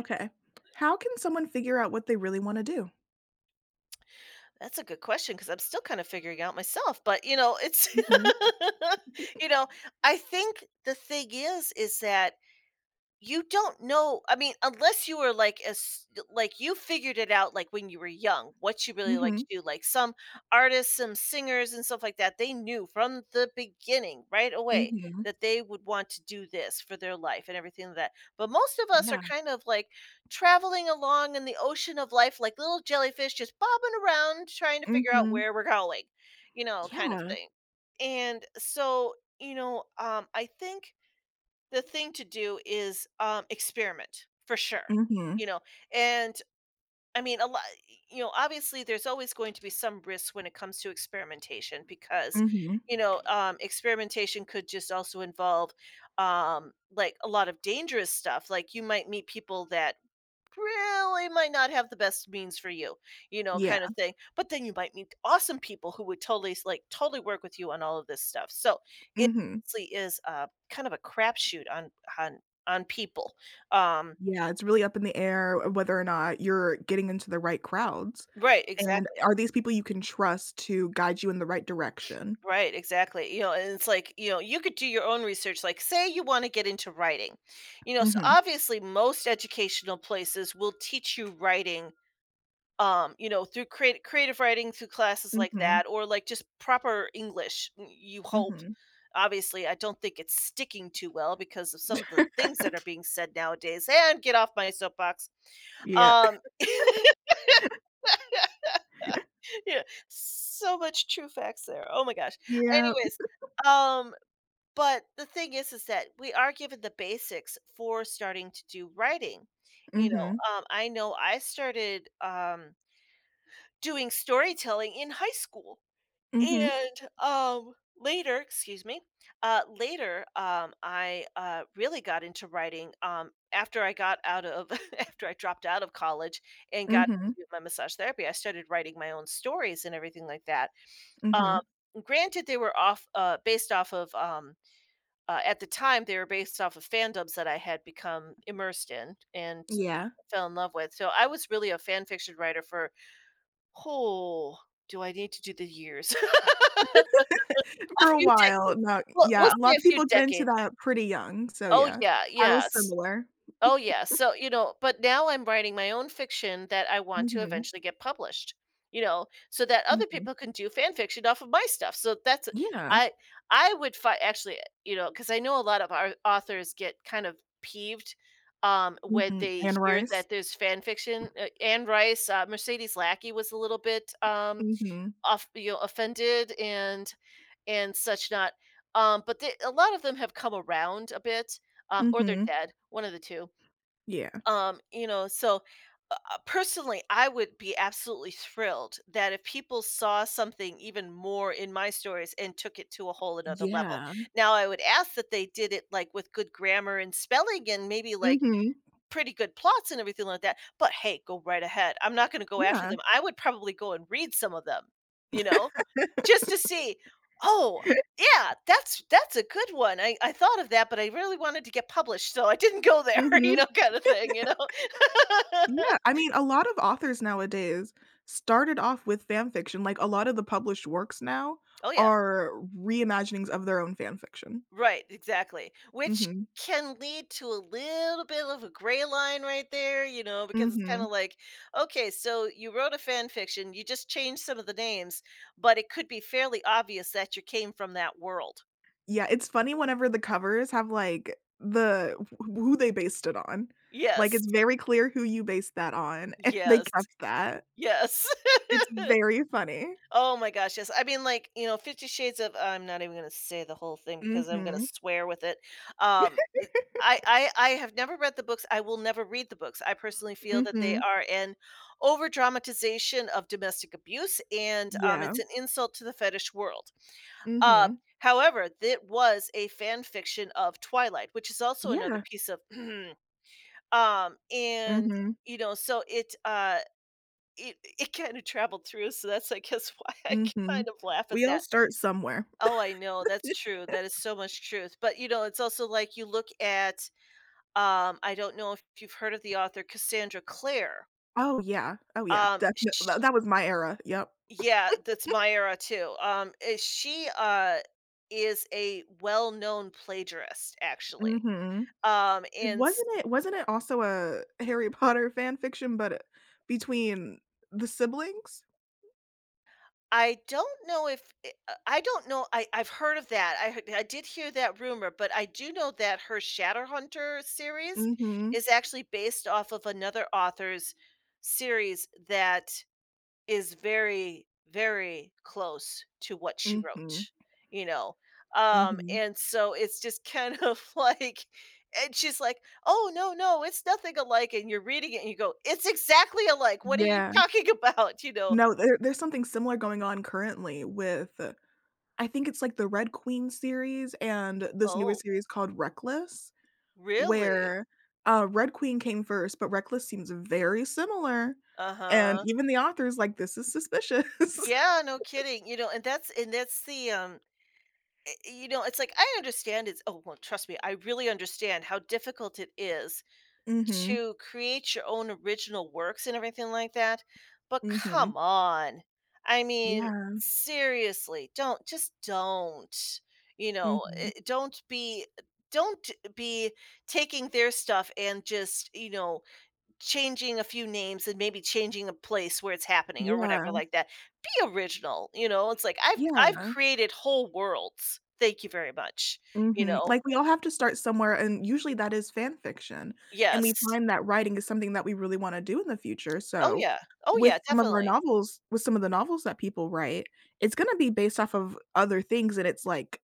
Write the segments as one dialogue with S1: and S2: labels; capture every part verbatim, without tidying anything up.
S1: Okay. How can someone figure out what they really wanna do?
S2: That's a good question because 'cause I'm still kinda figuring out myself, but, you know, it's
S1: Mhm,
S2: you know, I think the thing is, is that you don't know, I mean, unless you were, like, as like, you figured it out, like, when you were young, what you really like to
S1: mhm,
S2: do, like, some artists, some singers, and stuff like that, they knew from the beginning, right away,
S1: mhm.
S2: that they would want to do this for their life and everything like that, but most of us are
S1: Yeah,
S2: kind of, like, traveling along in the ocean of life like little jellyfish just bobbing around trying to figure out
S1: mhm,
S2: where we're going, you know, kind of
S1: yeah,
S2: thing, and so, you know, um, I think the thing to do is, um, experiment for sure,
S1: mhm,
S2: you know, and I mean, a lot, you know, obviously there's always going to be some risk when it comes to experimentation because,
S1: mhm,
S2: you know, um, experimentation could just also involve, um, like a lot of dangerous stuff. Like you might meet people that really might not have the best means for you, you know,
S1: yeah,
S2: kind of thing. But then you might meet awesome people who would totally s- like totally work with you on all of this stuff. So it
S1: mhm.
S2: honestly is uh, kind of a crapshoot on on on people. Um,
S1: Yeah, it's really up in the air uh, whether or not you're getting into the right crowds,
S2: right,
S1: and
S2: exactly.
S1: are these people you can trust to guide you in the right direction?
S2: Right, exactly. You know, and it's like, you know, you could do your own research. Like, say you want to get into writing, you know, so
S1: Mhm,
S2: obviously most educational places will teach you writing, um you know, through creative creative writing, through classes like
S1: mhm,
S2: that, or like just proper English, n- you hope.
S1: mhm,
S2: Obviously I don't think it's sticking too well because of some of the things that are being said nowadays, and get off my soapbox.
S1: yeah,
S2: um yeah, so much true facts there, oh my gosh.
S1: yeah,
S2: Anyways, um but the thing is is that we are given the basics for starting to do writing, you
S1: mhm,
S2: know. um I know I started um doing storytelling in high school.
S1: mhm,
S2: And um later, excuse me, uh later, um I uh really got into writing um after I got out of after I dropped out of college and got
S1: mhm,
S2: into my massage therapy, I started writing my own stories and everything like that. Um
S1: mhm,
S2: Granted, they were off, uh based off of, um uh, at the time, they were based off of fandoms that I had become immersed in and
S1: yeah.
S2: fell in love with. So I was really a fan fiction writer for, oh, do I need to do the years? A
S1: For a
S2: few decades.
S1: while, no,
S2: Well, we'll
S1: yeah, a
S2: say
S1: lot
S2: a
S1: of
S2: few
S1: people get into
S2: decades.
S1: that pretty young, so
S2: Oh,
S1: yeah.
S2: yeah,
S1: I was
S2: yes.
S1: similar.
S2: Oh, yeah, so, you know, but now I'm writing my own fiction that I want to
S1: Mhm,
S2: eventually get published, you know, so that other
S1: mhm.
S2: people can do fan fiction off of my stuff, so that's
S1: Yeah.
S2: I I would find actually, you know, because I know a lot of our authors get kind of peeved, um, when
S1: Mhm,
S2: they
S1: and
S2: hear
S1: rice.
S2: that there's fan fiction. uh, Anne Rice, uh, Mercedes Lackey was a little bit, um
S1: Mhm,
S2: off, you know, offended and and such, not, um but they, a lot of them have come around a bit, um or they're
S1: mhm.
S2: dead, one of the two.
S1: Yeah.
S2: Um you know, so, uh, uh, personally I would be absolutely thrilled that if people saw something even more in my stories and took it to a whole another level.
S1: Yeah.
S2: Now I would ask that they did it like with good grammar and spelling and maybe like
S1: Mhm.
S2: pretty good plots and everything like that, but hey, go right ahead. I'm not gonna go after
S1: Yeah.
S2: them. I would probably go and read some of them, you know, just to see, "Oh, yeah, that's that's a good one. I I thought of that, but I really wanted to get published, so I didn't go there," you
S1: Mhm.
S2: know, kinda thing, you know?
S1: Yeah, I mean, a lot of authors nowadays started off with fan fiction, like, a lot of the published works now
S2: Oh, yeah.
S1: are reimaginings of their own fan fiction.
S2: Right, exactly. Which
S1: Mhm.
S2: can lead to a little bit of a gray line right there, you know, because it's kind
S1: Mhm.
S2: of like, okay, so you wrote a fan fiction, you just changed some of the names, but it could be fairly obvious that you came from that world.
S1: Yeah, it's funny whenever the covers have, like, the wh who they based it on. Like,
S2: Yes,
S1: it's very clear who you based that on, and they
S2: yes,
S1: kept that.
S2: yes.
S1: It's very funny.
S2: Oh my gosh, yes. I mean, like, you know, Fifty Shades of, I'm not even gonna say the whole thing because I'm gonna
S1: Mhm.
S2: swear with it. Um, it I I I have never read the books. I will never read the books. I personally feel that they
S1: Mhm.
S2: are an over dramatization of domestic abuse, and, um,
S1: Yeah.
S2: it's an insult to the fetish world. Uh,
S1: Mhm.
S2: However, it was a fan fiction of Twilight, which is also another
S1: Yeah.
S2: piece of um, and,
S1: Mhm.
S2: you know, so it, uh it it kinda traveled through, so that's, I guess, why I
S1: Mhm.
S2: kind of laugh at
S1: We all
S2: that.
S1: start somewhere.
S2: Oh, I know, that's true, that is so much truth, but, you know, it's also like you look at, um, I don't know if you've heard of the author Cassandra Clare,
S1: Oh, yeah. Oh, yeah.
S2: um,
S1: Definitely.
S2: sh
S1: That was my era. Yep.
S2: yeah, that's my era too, um, eh, she, uh, is a well-known plagiarist, actually,
S1: Hmm.
S2: um,
S1: 'Cause
S2: and
S1: wasn't it wasn't it also a Harry Potter fan fiction, but, uh, between the siblings?
S2: I don't know if i uh, I don't know, I I've heard of that, I heard I did hear that rumor, but I do know that her Shatterhunter series
S1: Mhm.
S2: is actually based off of another author's series that is very, very close to what she
S1: Mhm.
S2: wrote, you know? Um,
S1: Mhm.
S2: and so it's just kind of like, and she's like, "Oh, no, no, it's nothing alike," and you're reading it and you go, "It's exactly alike, what are you
S1: Yeah.
S2: talking about?" You know?
S1: No, there there's something similar going on currently with uh, I think it's, like, the Red Queen series and this newer
S2: "Oh,
S1: series called Reckless,
S2: really?"
S1: where, uh, Red Queen came first, but Reckless seems very similar, and
S2: Uh-huh.
S1: even the author's like, "This is suspicious."
S2: Yeah, no kidding, you know, and that's and that's the, um, eh, you know, it's like I understand it's, oh, well, trust me, I really understand how difficult it is
S1: Mhm.
S2: to create your own original works and everything like that, but
S1: Mhm.
S2: come on. I mean,
S1: Yeah.
S2: seriously, don't just don't, you know,
S1: Mhm.
S2: eh, don't be don't be taking their stuff and just, you know, changing a few names and maybe changing a place where it's happening or whatever
S1: Yeah.
S2: like that. Be original, you know? It's like I've I've
S1: Yeah.
S2: created whole worlds. Thank you very much, you
S1: Mhm,
S2: know?
S1: like, we all have to start somewhere, and usually that is fan fiction, and we
S2: Yes.
S1: find that writing is something that we really wanna do in the future,
S2: Oh,
S1: so
S2: yeah. Oh, yeah,
S1: with some of our
S2: definitely.
S1: novels with some of the novels that people write, it's gonna be based off of other things, and it's like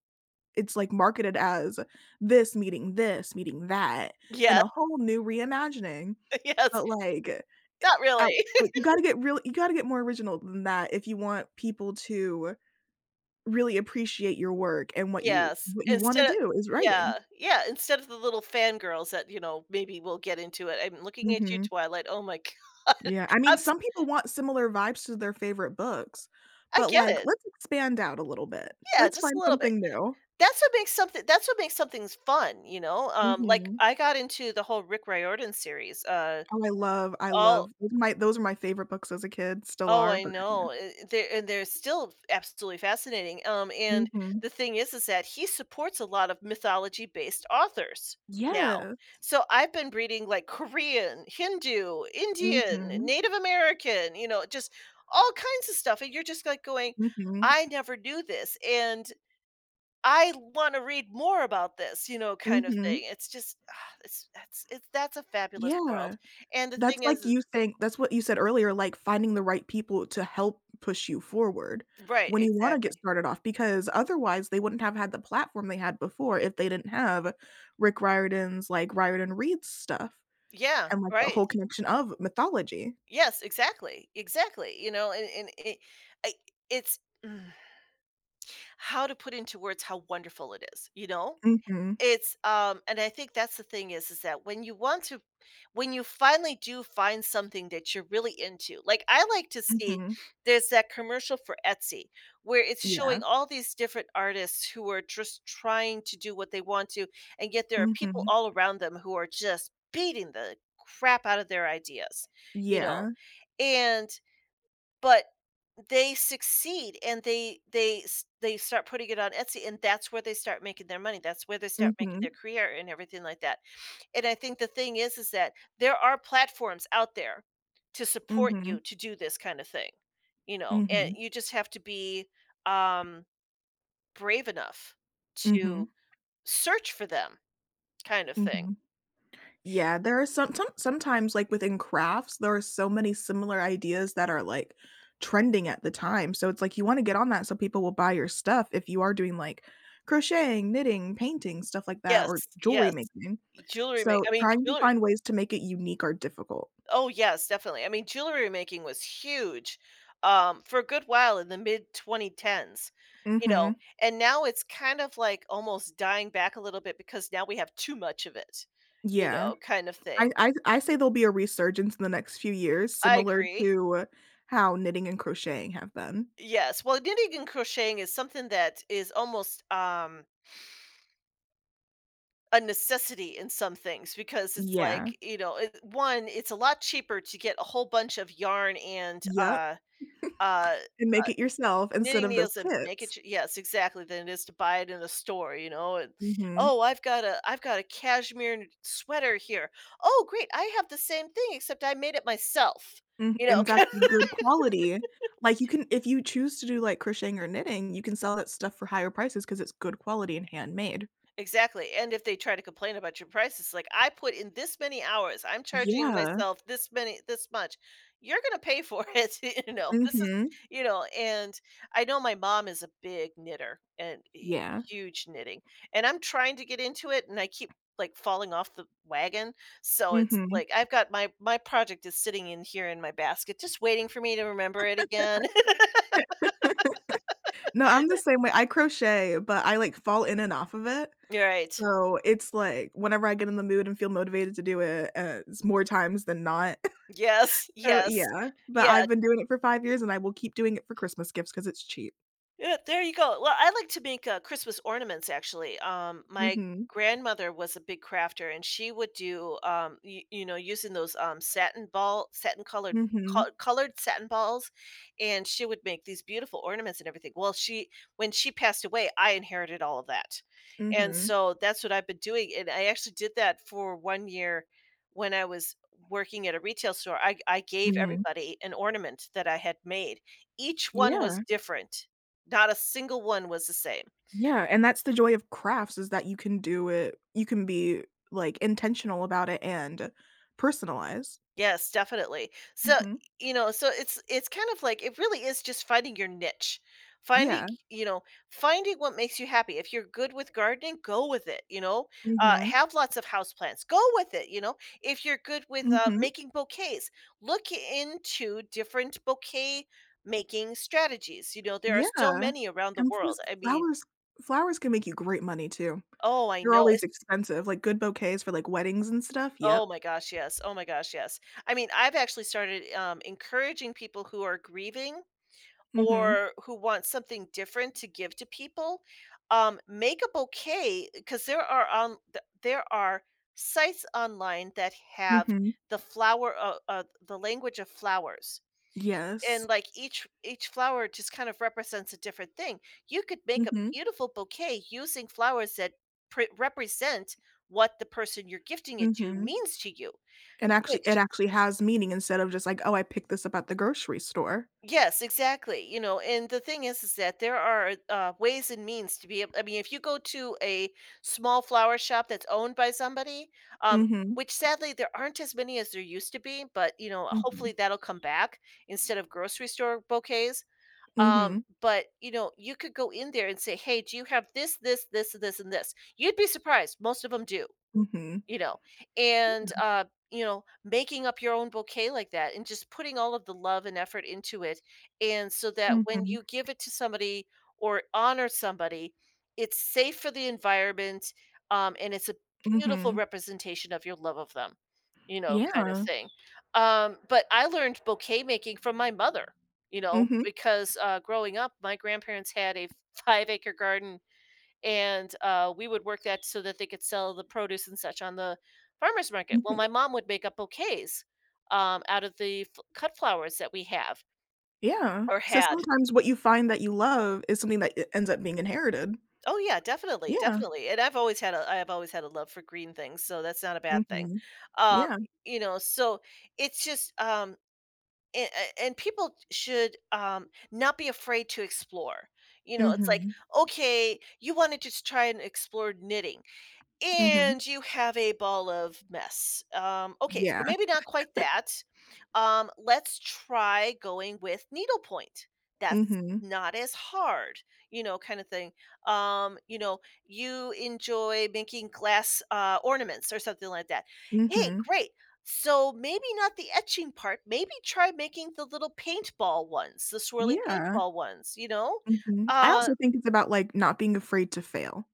S1: it's like marketed as this meeting this, meeting that, and
S2: Yes,
S1: a whole new reimagining,
S2: yes.
S1: but, like,
S2: Not
S1: out
S2: really.
S1: like, you gotta get real you gotta get more original than that if you want people to really appreciate your work and what you
S2: Yes.
S1: what you wanna
S2: Instead of
S1: do is writing.
S2: Yeah, yeah, instead of the little fangirls that, you know, maybe we'll get into it. I'm looking at you,
S1: Mhm.
S2: Twilight. Oh my god.
S1: Yeah, I mean,
S2: I'm s
S1: some people want similar vibes to their favorite books,
S2: I
S1: but,
S2: get
S1: like,
S2: it.
S1: let's expand out a little bit.
S2: Yeah,
S1: Let's
S2: just a
S1: find
S2: little bit.
S1: something new.
S2: That's what makes something that's what makes something's fun, you know? Um, like,
S1: Mhm.
S2: I got into the whole Rick Riordan series, uh,
S1: Oh, I love I
S2: all
S1: love those are my those are my favorite books as a kid, still
S2: oh,
S1: are,
S2: I
S1: but yeah.
S2: know, eh, they, and they're still absolutely fascinating, um, and
S1: Mhm.
S2: the thing is is that he supports a lot of mythology-based authors now.
S1: Yes.
S2: So, I've been reading, like, Korean, Hindu, Indian,
S1: Mhm.
S2: Native American, you know, just all kinds of stuff, and you're just, like, going,
S1: Mhm.
S2: "I never knew this," and I want to read more about this, you know, kind of
S1: Mhm.
S2: thing. It's just, ah, it's that's it's that's a fabulous world.
S1: Yeah.
S2: And the
S1: That's
S2: thing
S1: like
S2: is,
S1: you saying that's what you said earlier, like, finding the right people to help push you forward
S2: right,
S1: when you wanna get
S2: exactly.
S1: started off, because otherwise, they wouldn't have had the platform they had before if they didn't have Rick Riordan's, like, Riordan Read stuff
S2: Yeah,
S1: and, like, the
S2: right.
S1: whole connection of mythology.
S2: Yes, exactly, exactly. You know, and and it, I, it's mm, how to put into words how wonderful it is. You know,
S1: Mhm,
S2: it's, um, and I think that's the thing is is that when you want to when you finally do find something that you're really into, like, I like to see
S1: mhm,
S2: there's that commercial for Etsy where it's showing
S1: yeah,
S2: all these different artists who are just trying to do what they want to, and yet there are people
S1: mhm,
S2: all around them who are just beating the crap out of their ideas, you know?
S1: yeah,
S2: And but they succeed, and they they s- they start putting it on Etsy, and that's where they start making their money. That's where they start making
S1: mhm,
S2: their career and everything like that. And I think the thing is is that there are platforms out there to support you
S1: mhm,
S2: to do this kind of thing. You know, and
S1: mhm,
S2: you just have to be, um brave enough
S1: mhm,
S2: to search for them, kind of thing.
S1: mhm. Yeah, there are some some sometimes, like, within crafts, there are so many similar ideas that are, like, trending at the time, so it's like you wanna get on that so people will buy your stuff if you are doing, like, crocheting, knitting, painting, stuff like that,
S2: Yes,
S1: or jewelry
S2: yes.
S1: making.
S2: Jewelry make
S1: So,
S2: I mean
S1: trying to
S2: jewelry
S1: find ways to make it unique are difficult.
S2: Oh, yes, definitely. I mean, jewelry making was huge, um, for a good while in the mid twenty tens, you know,
S1: Mhm.
S2: and now it's kind of like almost dying back a little bit because now we have too much of it, you
S1: Yeah.
S2: know, kind of
S1: I
S2: thing.
S1: I I say there'll be a resurgence in the next few years
S2: I
S1: similar
S2: agree.
S1: to how knitting and crocheting have been.
S2: Yes. Well, knitting and crocheting is something that is almost, um a necessity in some things because it's like,
S1: Yeah.
S2: you know, it, one, it's a lot cheaper to get a whole bunch of yarn and
S1: Yep.
S2: uh uh
S1: And make it yourself instead
S2: Knitting
S1: of those
S2: needles that make it
S1: kits.
S2: ch yes, exactly, than it is to buy it in a store, you know, and,
S1: Mhm.
S2: "Oh, I've got a I've got a cashmere n sweater here. Oh, great, I have the same thing except I made it myself."
S1: Mm,
S2: You
S1: and
S2: know?
S1: it's actually good quality. Like, you can if you choose to do, like, crocheting or knitting, you can sell that stuff for higher prices because it's good quality and handmade.
S2: Exactly, and if they try to complain about your prices, like, "I put in this many hours, I'm charging
S1: Yeah.
S2: myself this many this much, you're gonna pay for it," you know, this is
S1: Mhm.
S2: you know, and I know my mom is a big knitter and e
S1: Yeah.
S2: huge knitting, and I'm trying to get into it, and I keep, like, falling off the wagon, so it's
S1: Mhm.
S2: like, I've got my my project is sitting in here in my basket, just waiting for me to remember it again.
S1: No, I'm the same way. I crochet, but I, like, fall in and off of it.
S2: You're right.
S1: So, it's like, whenever I get in the mood and feel motivated to do it, uh, it's more times than not.
S2: Yes,
S1: So,
S2: yes,
S1: yeah. But
S2: yes.
S1: I've been doing it for five years, and I will keep doing it for Christmas gifts because it's cheap.
S2: Yeah, there you go. Well, I like to make, uh, Christmas ornaments actually. Um, my
S1: Mhm.
S2: grandmother was a big crafter and she would do, um, you you know, using those, um, satin ball satin colored col
S1: Mhm.
S2: colored satin balls, and she would make these beautiful ornaments and everything. Well, she When she passed away, I inherited all of that, and
S1: Mhm.
S2: so that's what I've been doing, and I actually did that for one year when I was working at a retail store. I I gave
S1: Mhm.
S2: everybody an ornament that I had made. Each one was
S1: Yeah.
S2: different. Not a single one was the same.
S1: Yeah, and that's the joy of crafts is that you can do it you can be, like, intentional about it and personalize.
S2: Yes, definitely. So,
S1: Mhm.
S2: you know, so it's it's kind of like it really is just finding your niche. Finding,
S1: Yeah.
S2: you know, finding what makes you happy. If you're good with gardening, go with it, you know. Uh,
S1: Mhm.
S2: have lots of houseplants. Go with it, you know. If you're good with uh,
S1: Mhm.
S2: making bouquets, look into different bouquet making strategies. You know, there are so
S1: Yeah.
S2: many around the
S1: And
S2: world.
S1: plus
S2: I mean,
S1: flowers flowers can make you great money too.
S2: oh, I
S1: They're
S2: know.
S1: always expensive, like, good bouquets for, like, weddings and stuff,
S2: Oh
S1: yep.
S2: my gosh, yes. Oh my gosh, yes. I mean, I've actually started um, encouraging people who are grieving
S1: Mhm.
S2: or who want something different to give to people. Um, make a bouquet because there are on th- there are sites online that have
S1: Mhm.
S2: the flower uh, uh, the language of flowers,
S1: Yes.
S2: and like each each flower just kind of represents a different thing. You could make a
S1: Mhm.
S2: beautiful bouquet using flowers that pre- represent what the person you're gifting it to
S1: Mhm.
S2: means to you,
S1: And actually it
S2: which
S1: actually has meaning instead of just like, "Oh, I picked this up at the grocery store."
S2: yes, exactly, you know, and the thing is is that there are, uh, ways and means to be ab I mean, if you go to a small flower shop that's owned by somebody, um,
S1: Mhm.
S2: which sadly there aren't as many as there used to be, but, you know,
S1: Mhm.
S2: hopefully that'll come back instead of grocery store bouquets, um,
S1: Mhm.
S2: but, you know, you could go in there and say, "Hey, do you have this, this, this, this, and this?" You'd be surprised, most of them do.
S1: Mhm.
S2: You know,
S1: Yeah.
S2: and uh you know, making up your own bouquet like that and just putting all of the love and effort into it, and so that when
S1: Mhm.
S2: you give it to somebody or honor somebody, it's safe for the environment, um and it's a beautiful
S1: Mhm.
S2: representation of your love of them, you know, kind of
S1: Yeah.
S2: thing. Um but I learned bouquet making from my mother, you know,
S1: Mhm.
S2: because uh growing up my grandparents had a five acre garden, and uh, we would work that so that they could sell the produce and such on the farmers market. Well,
S1: Mhm.
S2: my mom would make up bouquets, um, out of the f- cut flowers that we have
S1: Yeah.
S2: or
S1: So
S2: had.
S1: sometimes what you find that you love is something that e ends up being inherited.
S2: Oh yeah, definitely,
S1: Yeah.
S2: definitely. And I've always had a I've always had a love for green things, so that's not a bad thing.
S1: Mhm.
S2: Um,
S1: Yeah.
S2: you know, so it's just um and, and people should um not be afraid to explore. You know, it's like,
S1: Mhm.
S2: okay, you wanted to s- try and explore knitting
S1: Mhm.
S2: and you have a ball of mess. Um, okay, so
S1: Yeah.
S2: maybe not quite that. Um, let's try going with needlepoint. That's
S1: Mhm.
S2: not as hard, you know, kind of thing. Um, you know, you enjoy making glass uh, ornaments or something like that. Hey,
S1: Mhm.
S2: great. So maybe not the etching part. Maybe try making the little paintball ones, the swirly
S1: Yeah.
S2: paintball ones. You know,
S1: Mhm. I
S2: uh,
S1: also think it's about, like, not being afraid to fail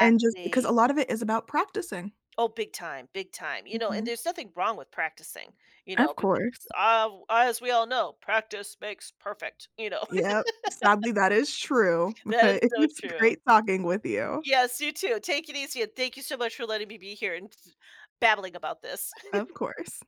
S1: and just because a lot of it is about practicing.
S2: Oh, big time, big time, you know, and
S1: Mhm.
S2: there's nothing wrong with practicing, you know,
S1: Of
S2: because,
S1: course.
S2: uh, as we all know, practice makes perfect, you know.
S1: Yep. Sadly, that is true, but
S2: That is
S1: it
S2: so
S1: was
S2: true.
S1: great talking with you.
S2: Yes, you too. Take it easy, and thank you so much for letting me be here and babbling about this.
S1: Of course.